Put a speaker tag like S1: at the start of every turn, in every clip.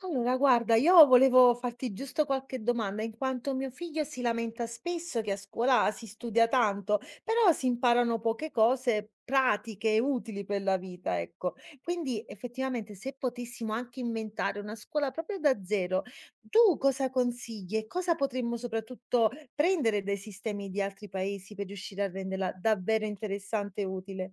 S1: Allora, guarda, io volevo farti giusto qualche domanda, in quanto mio figlio si lamenta spesso che a scuola si studia tanto, però si imparano poche cose pratiche e utili per la vita, ecco. Quindi, effettivamente, se potessimo anche inventare una scuola proprio da zero, tu cosa consigli e cosa potremmo soprattutto prendere dai sistemi di altri paesi per riuscire a renderla davvero interessante e utile?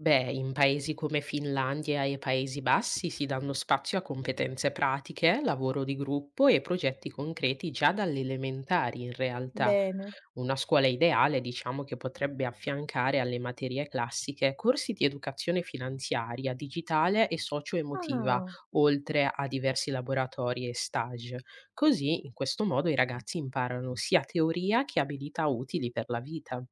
S2: Beh, in paesi come Finlandia e Paesi Bassi si danno spazio a competenze pratiche, lavoro di gruppo e progetti concreti già dalle elementari in realtà.
S1: Bene.
S2: Una scuola ideale, diciamo, che potrebbe affiancare alle materie classiche corsi di educazione finanziaria, digitale e socio-emotiva,
S1: Ah.
S2: oltre a diversi laboratori e stage. Così, in questo modo, i ragazzi imparano sia teoria che abilità utili per la vita.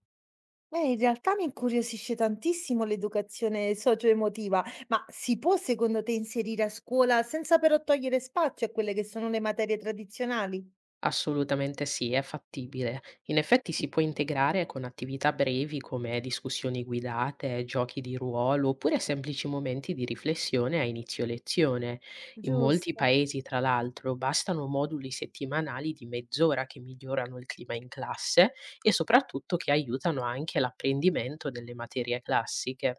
S1: Beh, in realtà mi incuriosisce tantissimo l'educazione socio-emotiva, ma si può secondo te inserire a scuola senza però togliere spazio a quelle che sono le materie tradizionali?
S2: Assolutamente sì, è fattibile. In effetti si può integrare con attività brevi come discussioni guidate, giochi di ruolo oppure semplici momenti di riflessione a inizio lezione. In molti
S1: Giusto.
S2: paesi, tra l'altro, bastano moduli settimanali di mezz'ora che migliorano il clima in classe e soprattutto che aiutano anche l'apprendimento delle materie classiche.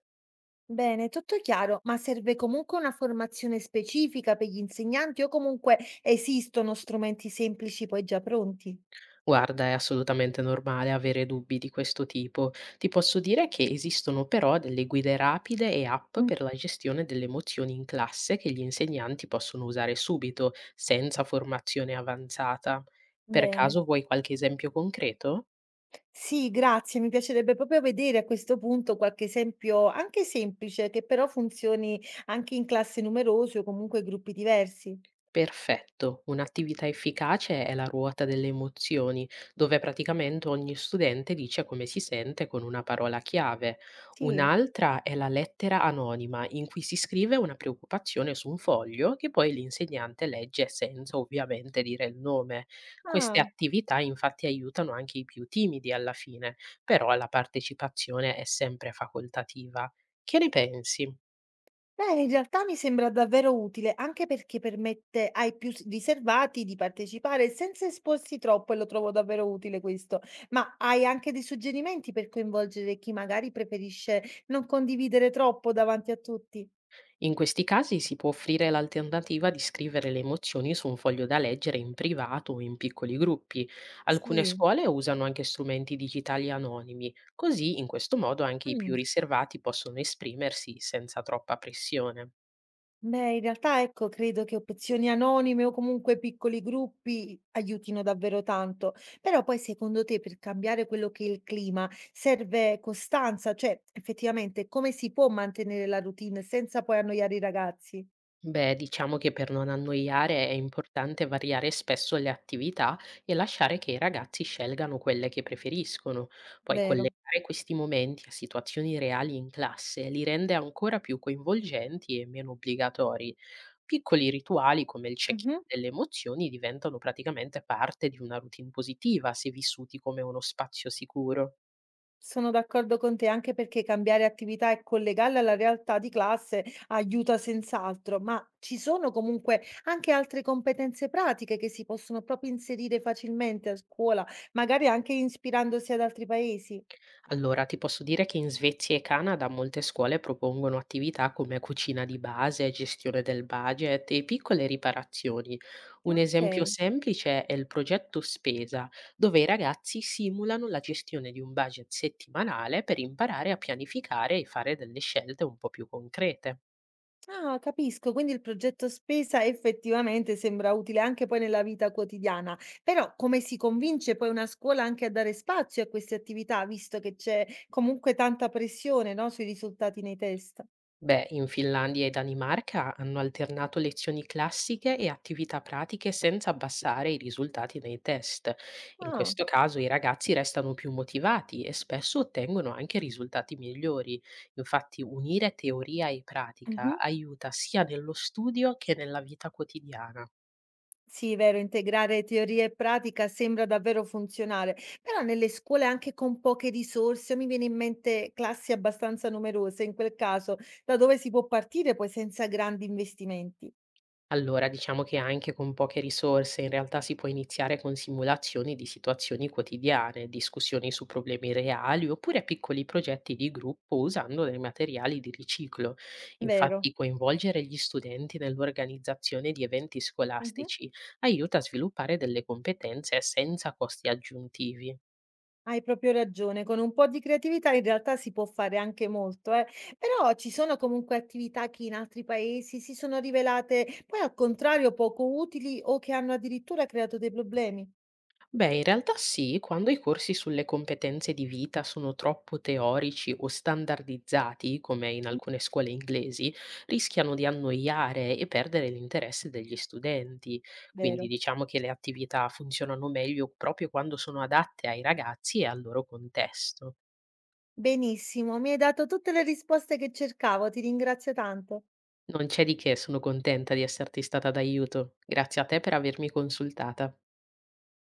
S1: Bene, tutto chiaro, ma serve comunque una formazione specifica per gli insegnanti o comunque esistono strumenti semplici poi già pronti?
S2: Guarda, è assolutamente normale avere dubbi di questo tipo. Ti posso dire che esistono però delle guide rapide e app
S1: Mm.
S2: per la gestione delle emozioni in classe che gli insegnanti possono usare subito, senza formazione avanzata. Per
S1: Bene.
S2: caso vuoi qualche esempio concreto?
S1: Sì, grazie, mi piacerebbe proprio vedere a questo punto qualche esempio anche semplice che però funzioni anche in classi numerose o comunque gruppi diversi.
S2: Perfetto, un'attività efficace è la ruota delle emozioni, dove praticamente ogni studente dice come si sente con una parola chiave.
S1: Sì.
S2: Un'altra è la lettera anonima, in cui si scrive una preoccupazione su un foglio che poi l'insegnante legge senza ovviamente dire il nome. Queste
S1: Ah,
S2: attività infatti aiutano anche i più timidi alla fine, però la partecipazione è sempre facoltativa. Che ne pensi?
S1: beh, in realtà mi sembra davvero utile, anche perché permette ai più s riservati di partecipare senza esporsi troppo e lo trovo davvero utile questo. Ma hai anche dei suggerimenti per coinvolgere chi magari preferisce non condividere troppo davanti a tutti?
S2: In questi casi si può offrire l'alternativa di scrivere le emozioni su un foglio da leggere in privato o in piccoli gruppi. Alcune
S1: Sì.
S2: scuole usano anche strumenti digitali anonimi, così in questo modo anche i più
S1: Mh.
S2: riservati possono esprimersi senza troppa pressione.
S1: Beh, in realtà ecco, credo che opzioni anonime o comunque piccoli gruppi aiutino davvero tanto. Però poi secondo te per cambiare quello che è il clima serve costanza? Cioè, effettivamente, come si può mantenere la routine senza poi annoiare i ragazzi?
S2: Beh, diciamo che per non annoiare è importante variare spesso le attività e lasciare che i ragazzi scelgano quelle che preferiscono. Poi
S1: Vero.
S2: collegare questi momenti a situazioni reali in classe li rende ancora più coinvolgenti e meno obbligatori. Piccoli rituali come il check-in
S1: Mhm.
S2: delle emozioni diventano praticamente parte di una routine positiva se vissuti come uno spazio sicuro.
S1: Sono d'accordo con te anche perché cambiare attività e collegarle alla realtà di classe aiuta senz'altro, ma ci sono comunque anche altre competenze pratiche che si possono proprio inserire facilmente a scuola, magari anche ispirandosi ad altri paesi.
S2: Allora, ti posso dire che in Svezia e Canada molte scuole propongono attività come cucina di base, gestione del budget e piccole riparazioni. Un esempio
S1: Ok.
S2: semplice è il progetto Spesa, dove i ragazzi simulano la gestione di un budget settimanale per imparare a pianificare e fare delle scelte un po' più concrete.
S1: Ah, capisco, quindi il progetto spesa effettivamente sembra utile anche poi nella vita quotidiana, però come si convince poi una scuola anche a dare spazio a queste attività, visto che c'è comunque tanta pressione, no, sui risultati nei test?
S2: Beh, in Finlandia e Danimarca hanno alternato lezioni classiche e attività pratiche senza abbassare i risultati nei test. In
S1: Ah.
S2: questo caso i ragazzi restano più motivati e spesso ottengono anche risultati migliori. Infatti, unire teoria e pratica
S1: Mh-mh.
S2: aiuta sia nello studio che nella vita quotidiana.
S1: Sì, vero, integrare teoria e pratica sembra davvero funzionale, però nelle scuole anche con poche risorse, mi viene in mente classi abbastanza numerose, in quel caso da dove si può partire poi senza grandi investimenti?
S2: Allora, diciamo che anche con poche risorse in realtà si può iniziare con simulazioni di situazioni quotidiane, discussioni su problemi reali oppure piccoli progetti di gruppo usando dei materiali di riciclo.
S1: Vero.
S2: Infatti, coinvolgere gli studenti nell'organizzazione di eventi
S1: Mh-mh.
S2: scolastici aiuta a sviluppare delle competenze senza costi aggiuntivi.
S1: Hai proprio ragione, con un po' di creatività in realtà si può fare anche molto, eh. Però ci sono comunque attività che in altri paesi si sono rivelate poi al contrario poco utili o che hanno addirittura creato dei problemi.
S2: Beh, in realtà sì, quando i corsi sulle competenze di vita sono troppo teorici o standardizzati, come in
S1: Mh,
S2: alcune scuole inglesi, rischiano di annoiare e perdere l'interesse degli studenti. Quindi
S1: vero.
S2: diciamo che le attività funzionano meglio proprio quando sono adatte ai ragazzi e al loro contesto.
S1: Benissimo, mi hai dato tutte le risposte che cercavo, ti ringrazio tanto.
S2: Non c'è di che, sono contenta di esserti stata d'aiuto. Grazie a te per avermi consultata.